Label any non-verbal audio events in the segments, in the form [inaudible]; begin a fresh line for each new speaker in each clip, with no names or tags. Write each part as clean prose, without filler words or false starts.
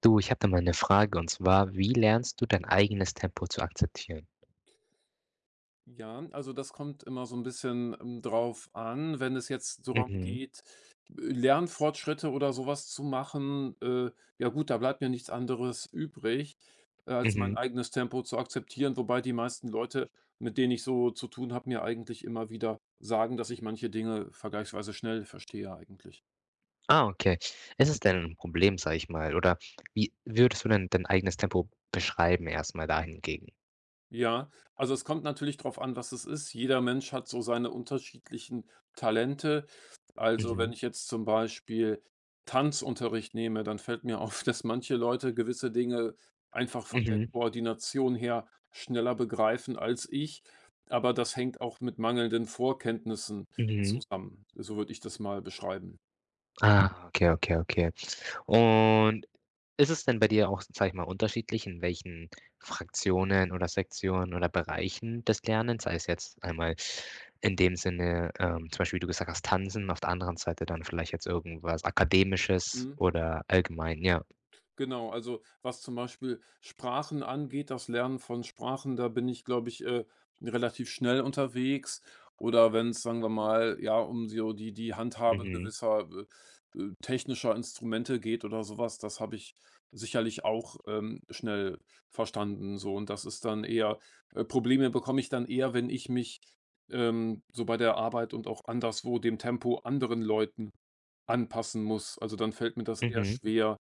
Du, ich habe da mal eine Frage und zwar, wie lernst du dein eigenes Tempo zu akzeptieren?
Ja, also das kommt immer so ein bisschen, drauf an, wenn es jetzt darum
Mhm,
geht, Lernfortschritte oder sowas zu machen, ja gut, da bleibt mir nichts anderes übrig, als mein
mhm.
eigenes Tempo zu akzeptieren, wobei die meisten Leute, mit denen ich so zu tun habe, mir eigentlich immer wieder sagen, dass ich manche Dinge vergleichsweise schnell verstehe eigentlich.
Ah, okay. Ist es denn ein Problem, sage ich mal, oder wie würdest du denn dein eigenes Tempo beschreiben erstmal dahingegen?
Ja, also es kommt natürlich drauf an, was es ist. Jeder Mensch hat so seine unterschiedlichen Talente. Also wenn
Mhm,
ich jetzt zum Beispiel Tanzunterricht nehme, dann fällt mir [laughs] auf, dass manche Leute gewisse Dinge einfach von der
mhm,
Koordination her schneller begreifen als ich. Aber das hängt auch mit mangelnden Vorkenntnissen
mhm.
zusammen. So würde ich das mal beschreiben.
Ah, okay, okay, okay. Und ist es denn bei dir auch, sage ich mal, unterschiedlich, in welchen Fraktionen oder Sektionen oder Bereichen des Lernens, sei es jetzt einmal in dem Sinne, zum Beispiel, wie du gesagt hast, Tanzen, auf der anderen Seite dann vielleicht jetzt irgendwas Akademisches
Mhm.
oder allgemein, ja.
Genau, also was zum Beispiel Sprachen angeht, das Lernen von Sprachen, da bin ich, glaube ich, relativ schnell unterwegs. Oder wenn es, sagen wir mal, ja, um so die Handhabe
Mhm,
gewisser technischer Instrumente geht oder sowas, das habe ich sicherlich auch schnell verstanden. So, und das ist dann eher, Probleme bekomme ich dann eher, wenn ich mich so bei der Arbeit und auch anderswo dem Tempo anderen Leuten anpassen muss. Also, dann fällt mir das eher
mhm,
schwer,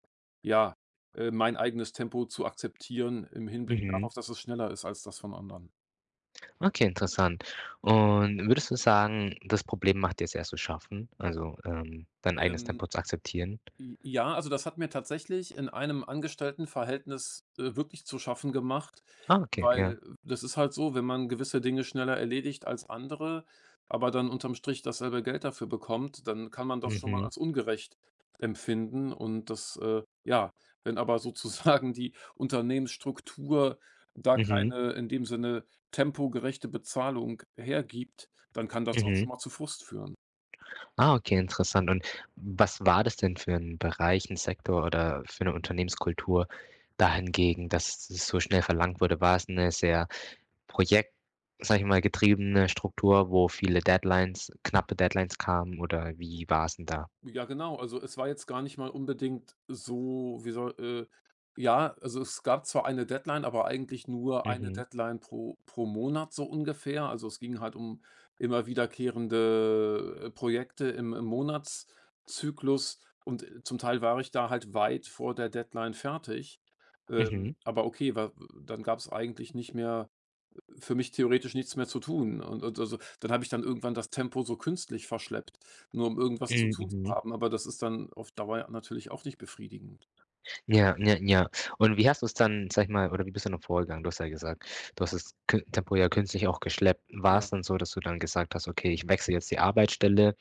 ja, mein eigenes Tempo zu akzeptieren im Hinblick
mhm.
darauf, dass es schneller ist als das von anderen.
Okay, interessant. Und würdest du sagen, das Problem macht dir es erst zu schaffen, also, dein eigenes
Ähm
Tempo zu akzeptieren?
J ja, also das hat mir tatsächlich in einem Angestelltenverhältnis, wirklich zu schaffen gemacht,
Ah, okay, ja.
weil das ist halt so, wenn man gewisse Dinge schneller erledigt als andere, aber dann unterm Strich dasselbe Geld dafür bekommt, dann kann man das schon mal
Mhm,
als ungerecht empfinden, und das, ja, wenn aber sozusagen die Unternehmensstruktur da
mhm,
keine in dem Sinne tempogerechte Bezahlung hergibt, dann kann das auch
mhm.
schon mal zu Frust führen.
Ah, okay, interessant. Und was war das denn für 'n Bereich, 'n Sektor oder für eine Unternehmenskultur dahingegen, dass es so schnell verlangt wurde? War es eine sehr projekt sage ich mal, getriebene Struktur, wo viele Deadlines, knappe Deadlines kamen oder wie war es denn da?
Ja, genau. Also, es war jetzt gar nicht mal unbedingt so, wie soll ja, also, es gab zwar eine Deadline, aber eigentlich nur eine
Mhm,
Deadline pro Monat so ungefähr. Also, es ging halt um immer wiederkehrende, Projekte im Monatszyklus, und zum Teil war ich da halt weit vor der Deadline fertig.
mhm,
Aber okay, wa dann gab es eigentlich nicht mehr, für mich theoretisch nichts mehr zu tun. Und also, dann habe ich dann irgendwann das Tempo so künstlich verschleppt, nur um irgendwas zu
mhm,
tun zu
mhm.
haben, aber das ist dann auf Dauer natürlich auch nicht befriedigend.
Ja, ja, ja. Und wie hast du es dann, sage ich mal, oder wie bist du dann vorgegangen? Du hast ja gesagt, du hast das kün Tempo ja künstlich auch geschleppt. War es
Ja.
dann so, dass du dann gesagt hast: „Okay, ich wechsle jetzt die Arbeitsstelle“?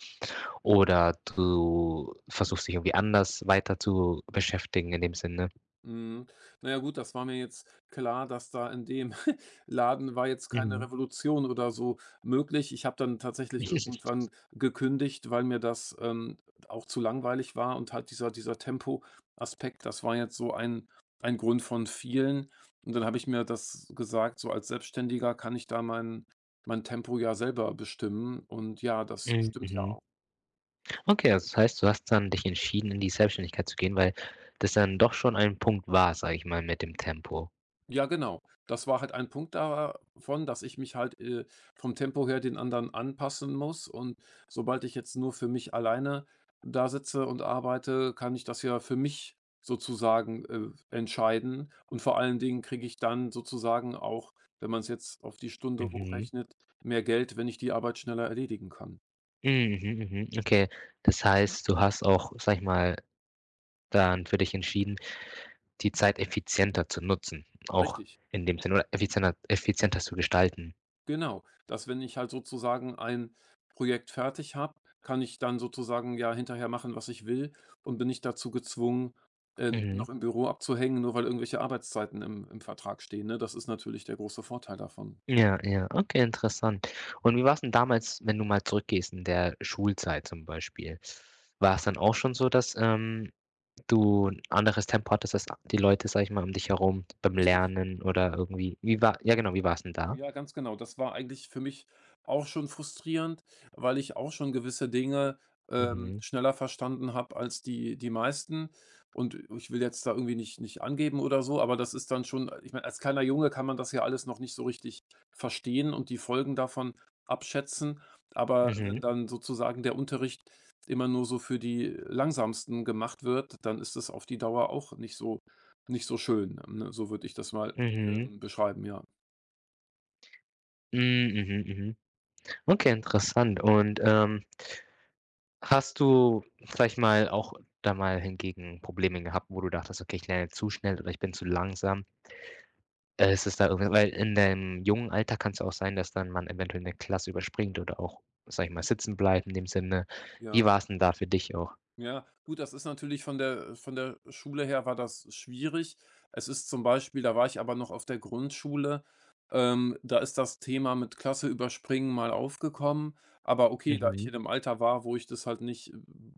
Oder du versuchst dich irgendwie anders weiter zu beschäftigen in dem Sinne.
Mhm. Na ja gut, das war mir jetzt klar, dass da in dem [laughs] Laden war jetzt keine
Mhm.
Revolution oder so möglich. Ich habe dann tatsächlich irgendwann
[laughs]
gekündigt, weil mir das, auch zu langweilig war, und halt dieser Tempo Aspekt. Das war jetzt so ein Grund von vielen. Und dann habe ich mir das gesagt, so als Selbstständiger kann ich da mein Tempo ja selber bestimmen, und ja, das
Mhm,
stimmt ja
mhm.
auch.
Okay, also das heißt, du hast dann dich entschieden, in die Selbstständigkeit zu gehen, weil das dann doch schon ein Punkt war, sage ich mal, mit dem Tempo.
Ja, genau. Das war halt ein Punkt davon, dass ich mich halt, vom Tempo her den anderen anpassen muss, und sobald ich jetzt nur für mich alleine da sitze und arbeite, kann ich das ja für mich sozusagen, entscheiden, und vor allen Dingen kriege ich dann sozusagen auch, wenn man es jetzt auf die Stunde
Mhm.
hochrechnet, mehr Geld, wenn ich die Arbeit schneller erledigen kann.
Mhm, mhm, mhm. Okay, das heißt, du hast auch, sage ich mal, dann für dich entschieden, die Zeit effizienter zu nutzen, auch
Richtig.
in dem Sinne, oder effizienter zu gestalten.
Genau, dass wenn ich halt sozusagen ein Projekt fertig habe, kann ich dann sozusagen ja hinterher machen, was ich will, und bin nicht dazu gezwungen,
Mhm.
noch im Büro abzuhängen, nur weil irgendwelche Arbeitszeiten im Vertrag stehen, ne? Das ist natürlich der große Vorteil davon.
Ja, ja, okay, interessant. Und wie war es denn damals, wenn du mal zurückgehst in der Schulzeit zum Beispiel? War es dann auch schon so, dass, du 'n anderes Tempo hattest als die Leute, sag ich mal, um dich herum beim
Richtig.
Lernen, oder irgendwie, wie war ja genau, wie war es denn da?
Ja, ganz genau. Das war eigentlich für mich auch schon frustrierend, weil ich auch schon gewisse Dinge,
Mhm,
schneller verstanden habe als die meisten. Und ich will jetzt da irgendwie nicht angeben oder so, aber das ist dann schon, ich meine, als kleiner Junge kann man das ja alles noch nicht so richtig verstehen und die Folgen davon abschätzen. Aber wenn
mhm,
dann sozusagen der Unterricht immer nur so für die Langsamsten gemacht wird, dann ist das auf die Dauer auch nicht so schön, ne? So würde ich das mal,
mhm,
beschreiben, ja.
hm, mhm, mhm. Okay, interessant. Und, hast du, sag ich mal, auch da mal hingegen Probleme gehabt, wo du dachtest: „Okay, ich lerne zu schnell oder ich bin zu langsam?“ Ist es da irgendwie, weil in deinem jungen Alter kann's auch sein, dass dann man eventuell 'ne Klasse überspringt oder auch, sage ich mal, sitzen bleibt in dem Sinne.
Ja.
Wie war's 'n da für dich auch?
Ja, gut, das ist natürlich von der Schule her war das schwierig. Es ist zum Beispiel, da war ich aber noch auf der Grundschule, da ist das Thema mit Klasse überspringen mal aufgekommen. Aber okay, da ich
Mhm.
in 'nem Alter war, wo ich das halt nicht,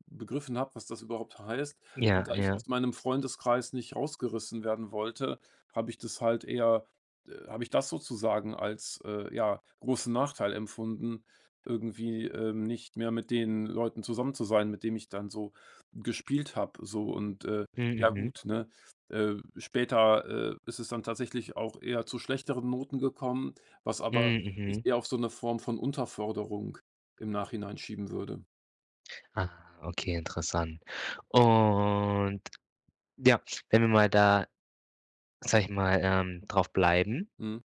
begriffen habe, was das überhaupt heißt, und
Ja,
da ich
ja.
aus meinem Freundeskreis nicht rausgerissen werden wollte, habe ich das halt eher habe ich das sozusagen als, ja, großen Nachteil empfunden, irgendwie, nicht mehr mit den Leuten zusammen zu sein, mit denen ich dann so gespielt habe, so, und,
Mhm,
ja
mhm.
gut, ne? Später, ist es dann tatsächlich auch eher zu schlechteren Noten gekommen, was aber
Mhm,
ich
mhm.
eher auf so eine Form von Unterforderung im Nachhinein schieben würde.
Ah, okay, interessant. Und ja, wenn wir mal da, sage ich mal, drauf bleiben.
Mhm,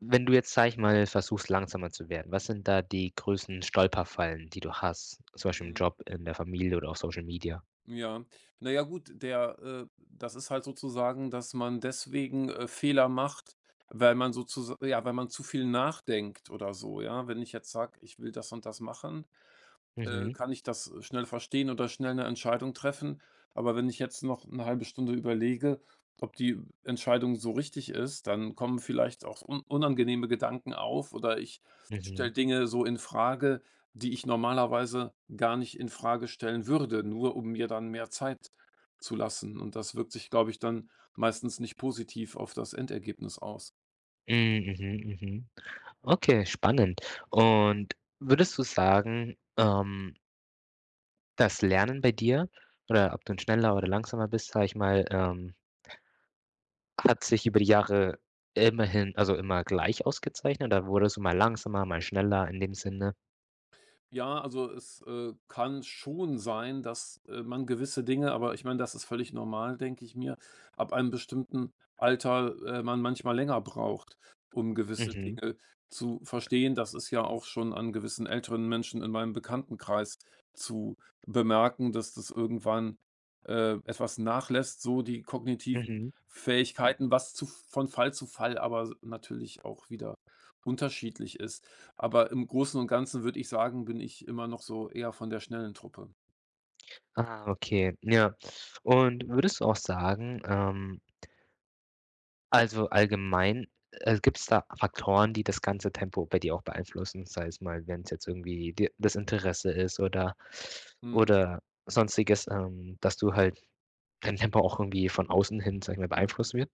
Wenn du jetzt, sage ich mal, versuchst, langsamer zu werden, was sind da die größten Stolperfallen, die du hast, zum Beispiel im
mhm,
Job, in der Familie oder auf Social Media?
ja. Na ja gut, der das ist halt sozusagen, dass man deswegen, Fehler macht, weil man sozusa ja, weil man zu viel nachdenkt oder so, ja? Wenn ich jetzt sage: „Ich will das und das machen",
Mhm,
kann ich das schnell verstehen oder schnell eine Entscheidung treffen. Aber wenn ich jetzt noch eine halbe Stunde überlege, ob die Entscheidung so richtig ist, dann kommen vielleicht auch un unangenehme Gedanken auf, oder ich
mhm.
stelle Dinge so in Frage, die ich normalerweise gar nicht in Frage stellen würde, nur um mir dann mehr Zeit zu lassen. Und das wirkt sich, glaube ich, dann meistens nicht positiv auf das Endergebnis aus.
Mhm, mhm, mhm. Okay, spannend. Und würdest du sagen, das Lernen bei dir oder ob du ein schneller oder langsamer bist, sage ich mal, hat sich über die Jahre immerhin also, immer gleich ausgezeichnet, oder wurdest du mal langsamer, mal schneller in dem Sinne?
Ja, also es, kann schon sein, dass, man gewisse Dinge, aber ich meine, das ist völlig normal, denke ich mir, ab einem bestimmten Alter, man manchmal länger braucht, um gewisse
Mhm,
Dinge zu verstehen. Das ist ja auch schon an gewissen älteren Menschen in meinem Bekanntenkreis zu bemerken, dass das irgendwann, etwas nachlässt, so die kognitiven
mhm.
Fähigkeiten, was zu, von Fall zu Fall, aber natürlich auch wieder unterschiedlich ist. Aber im Großen und Ganzen würde ich sagen, bin ich immer noch so eher von der schnellen Truppe.
Ah, okay, ja. Und würdest du auch sagen, also, allgemein, gibt es da Faktoren, die das ganze Tempo bei dir auch beeinflussen? Sei es mal, wenn es jetzt irgendwie dir das Interesse ist, oder
Mhm.
oder Sonstiges, dass du halt dein Tempo auch irgendwie von außen hin, sag ich mal, beeinflusst wird?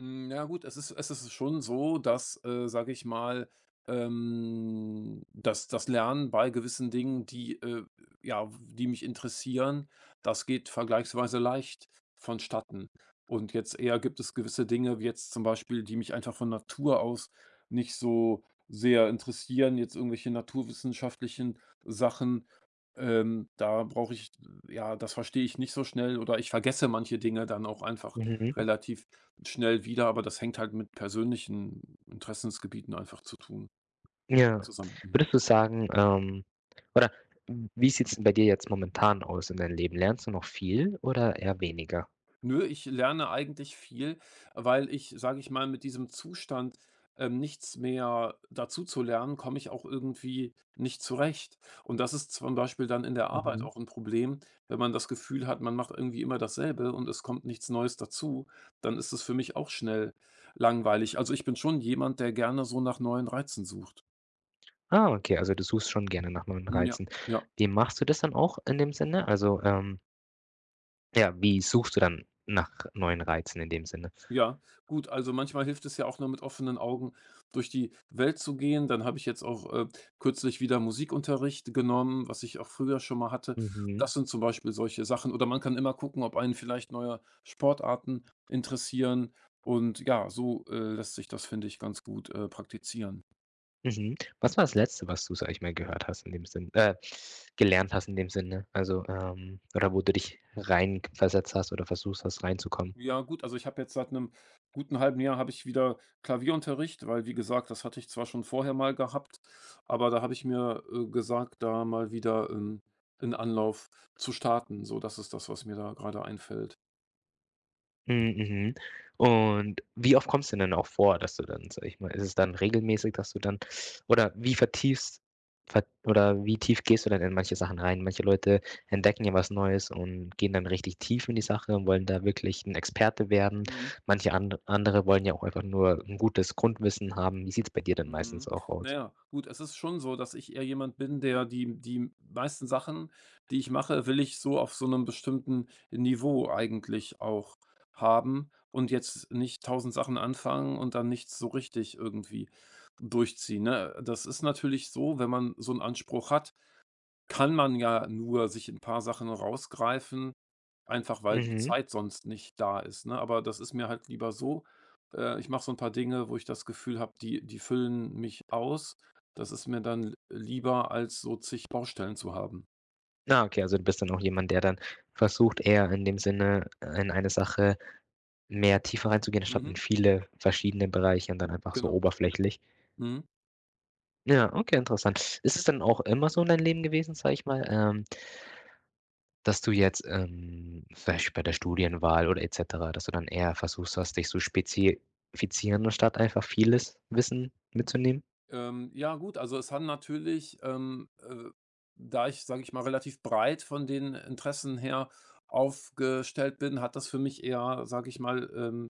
Hm, ja gut, es ist schon so, dass, sage ich mal, dass das Lernen bei gewissen Dingen, die mich interessieren, das geht vergleichsweise leicht vonstatten. Und jetzt eher gibt es gewisse Dinge, wie jetzt zum Beispiel, die mich einfach von Natur aus nicht so sehr interessieren, jetzt irgendwelche naturwissenschaftlichen Sachen, da brauche ich ja, das verstehe ich nicht so schnell, oder ich vergesse manche Dinge dann auch einfach
Mhm.
relativ schnell wieder, aber das hängt halt mit persönlichen Interessensgebieten einfach zu tun
Ja.
zusammen. Mhm.
Würdest du sagen, oder w wie sieht's denn bei dir jetzt momentan aus in deinem Leben? Lernst du noch viel oder eher weniger?
Nö, ich lerne eigentlich viel, weil ich, sage ich mal, mit diesem Zustand, nichts mehr dazu zu lernen, komme ich auch irgendwie nicht zurecht. Und das ist zum Beispiel dann in der Arbeit
Mhm.
auch ein Problem, wenn man das Gefühl hat, man macht irgendwie immer dasselbe und es kommt nichts Neues dazu, dann ist es für mich auch schnell langweilig. Also, ich bin schon jemand, der gerne so nach neuen Reizen sucht.
Ah, okay, also du suchst schon gerne nach neuen
Hm, ja,
Reizen.
ja.
Wie machst du das dann auch in dem Sinne? Also, ja, wie suchst du dann nach neuen Reizen in dem Sinne?
Ja, gut, also manchmal hilft es ja auch nur, mit offenen Augen durch die Welt zu gehen. Dann habe ich jetzt auch kürzlich wieder Musikunterricht genommen, was ich auch früher schon mal hatte.
Mhm,
Das sind zum Beispiel solche Sachen. Oder man kann immer gucken, ob einen vielleicht neue Sportarten interessieren. Und ja, so lässt sich das, finde ich, ganz gut praktizieren.
mhm. Was war das Letzte, was du, sage ich mal, gehört hast in dem Sinne, gelernt hast in dem Sinne? Also, oder wo du dich reinversetzt hast oder versuchst hast, reinzukommen?
Ja gut, also ich habe jetzt seit einem guten halben Jahr habe ich wieder Klavierunterricht, weil, wie gesagt, das hatte ich zwar schon vorher mal gehabt, aber da habe ich mir, gesagt, da mal wieder 'n Anlauf zu starten. So, das ist das, was mir da gerade einfällt.
Mhm, mhm. Und wie oft kommt's denn dann auch vor, dass du dann, sage ich mal, ist es dann regelmäßig, dass du dann oder wie vertiefst ver oder wie tief gehst du dann in manche Sachen rein? Manche Leute entdecken ja was Neues und gehen dann richtig tief in die Sache und wollen da wirklich ein Experte werden.
Mhm.
Manche andere wollen ja auch einfach nur ein gutes Grundwissen haben. Wie sieht's bei dir denn
Mhm.
meistens auch
Na
aus?
ja, gut, es ist schon so, dass ich eher jemand bin, der die meisten Sachen, die ich mache, will ich so auf so einem bestimmten Niveau eigentlich auch haben und jetzt nicht tausend Sachen anfangen und dann nichts so richtig irgendwie durchziehen, ne? Das ist natürlich so, wenn man so einen Anspruch hat, kann man ja nur sich ein paar Sachen rausgreifen, einfach weil die
Mhm.
Zeit sonst nicht da ist, ne? Aber das ist mir halt lieber so. Ich mache so ein paar Dinge, wo ich das Gefühl habe, die füllen mich aus. Das ist mir dann lieber, als so zig Baustellen zu haben.
Ah, okay, also du bist dann auch jemand, der dann versucht, eher in dem Sinne, in eine Sache mehr tiefer reinzugehen, anstatt
Mhm,
in viele verschiedene Bereiche und dann einfach so
genau.
oberflächlich.
Mhm.
Ja, okay, interessant. Ist es dann auch immer so in deinem Leben gewesen, sage ich mal, dass du jetzt, vielleicht bei der Studienwahl oder et cetera, dass du dann eher versuchst hast, dich zu spezifizieren, anstatt einfach vieles Wissen mitzunehmen?
Ja gut, also es hat natürlich, da ich, sage ich mal, relativ breit von den Interessen her aufgestellt bin, hat das für mich eher, sage ich mal,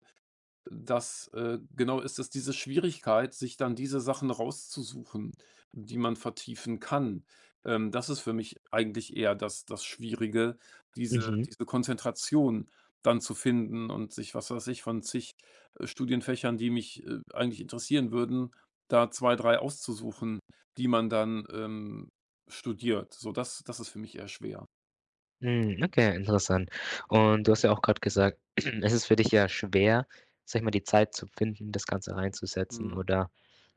das, genau, ist es, diese Schwierigkeit, sich dann diese Sachen rauszusuchen, die man vertiefen kann. Das ist für mich eigentlich eher das Schwierige, diese
Mhm.
diese Konzentration dann zu finden und sich, was weiß ich, von zig, Studienfächern, die mich, eigentlich interessieren würden, da 2 3 auszusuchen, die man dann, studiert. So, das ist für mich eher schwer.
Hm, okay, interessant. Und du hast ja auch gerade gesagt, [clears throat] es ist für dich ja schwer, sag ich mal, die Zeit zu finden, das Ganze reinzusetzen,
Mhm.
oder,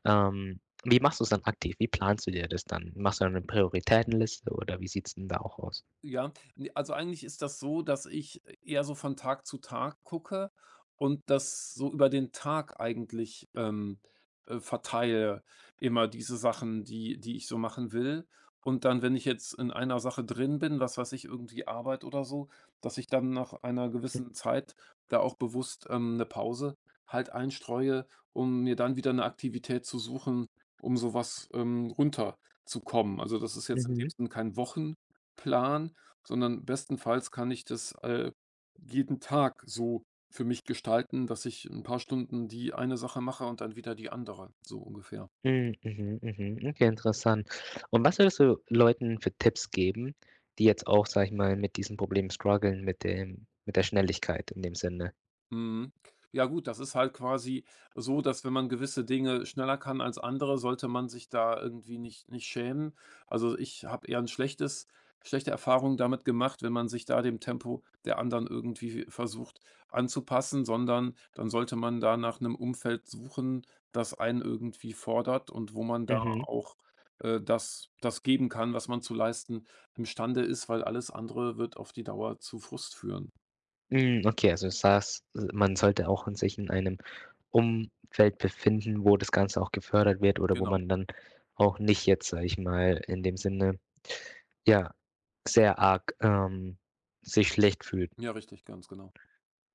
wie machst du es dann aktiv? Wie planst du dir das dann? Machst du dann 'ne Prioritätenliste oder wie sieht es denn da auch aus?
Ja, ne, also eigentlich ist das so, dass ich eher so von Tag zu Tag gucke und das so über den Tag eigentlich, verteile, immer diese Sachen, die ich so machen will. Und dann, wenn ich jetzt in einer Sache drin bin, was weiß ich, irgendwie Arbeit oder so, dass ich dann nach einer gewissen Zeit da auch bewusst, 'ne Pause halt einstreue, um mir dann wieder eine Aktivität zu suchen, um sowas was, runterzukommen. Also, das ist jetzt in dem
Mhm.
Sinn kein Wochenplan, sondern bestenfalls kann ich das, jeden Tag so für mich gestalten, dass ich ein paar Stunden die eine Sache mache und dann wieder die andere, so ungefähr.
Hm, mhm, mhm. Mhm. Okay, interessant. Und was würdest du Leuten für Tipps geben, die jetzt auch, sag ich mal, mit diesem Problem struggeln, mit der Schnelligkeit in dem Sinne?
Mhm. Ja gut, das ist halt quasi so, dass wenn man gewisse Dinge schneller kann als andere, sollte man sich da irgendwie nicht schämen. Also, ich habe eher ein schlechtes schlechte Erfahrung damit gemacht, wenn man sich da dem Tempo der anderen irgendwie versucht anzupassen, sondern dann sollte man da nach einem Umfeld suchen, das einen irgendwie fordert und wo man da
Mhm.
auch, das geben kann, was man zu leisten imstande ist, weil alles andere wird auf die Dauer zu Frust führen.
Hm, okay, also du sagst, man sollte auch in einem Umfeld befinden, wo das Ganze auch gefördert wird, oder wo
Genau.
man dann auch nicht jetzt, sage ich mal, in dem Sinne, ja, sehr arg, sich schlecht fühlt.
Ja, richtig, ganz genau.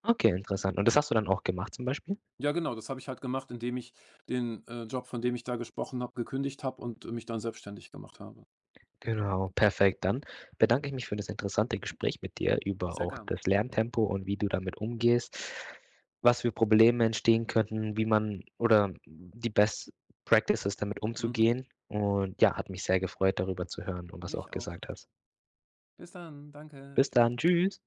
Okay, interessant. Und das hast du dann auch gemacht zum Beispiel?
Ja, genau, das habe ich halt gemacht, indem ich den, Job, von dem ich da gesprochen habe, gekündigt habe und mich dann selbstständig gemacht habe.
Genau, perfekt. Dann bedanke ich mich für das interessante Gespräch mit dir über
Sehr
auch
gern.
das Lerntempo und wie du damit umgehst, was für Probleme entstehen könnten, wie man oder die Best Practices damit
Mhm.
umzugehen. Und ja, hat mich sehr gefreut, darüber zu hören und was du
Mich
auch
auch.
gesagt hast.
Bis dann. Danke.
Bis
Tschüss.
dann. Tschüss.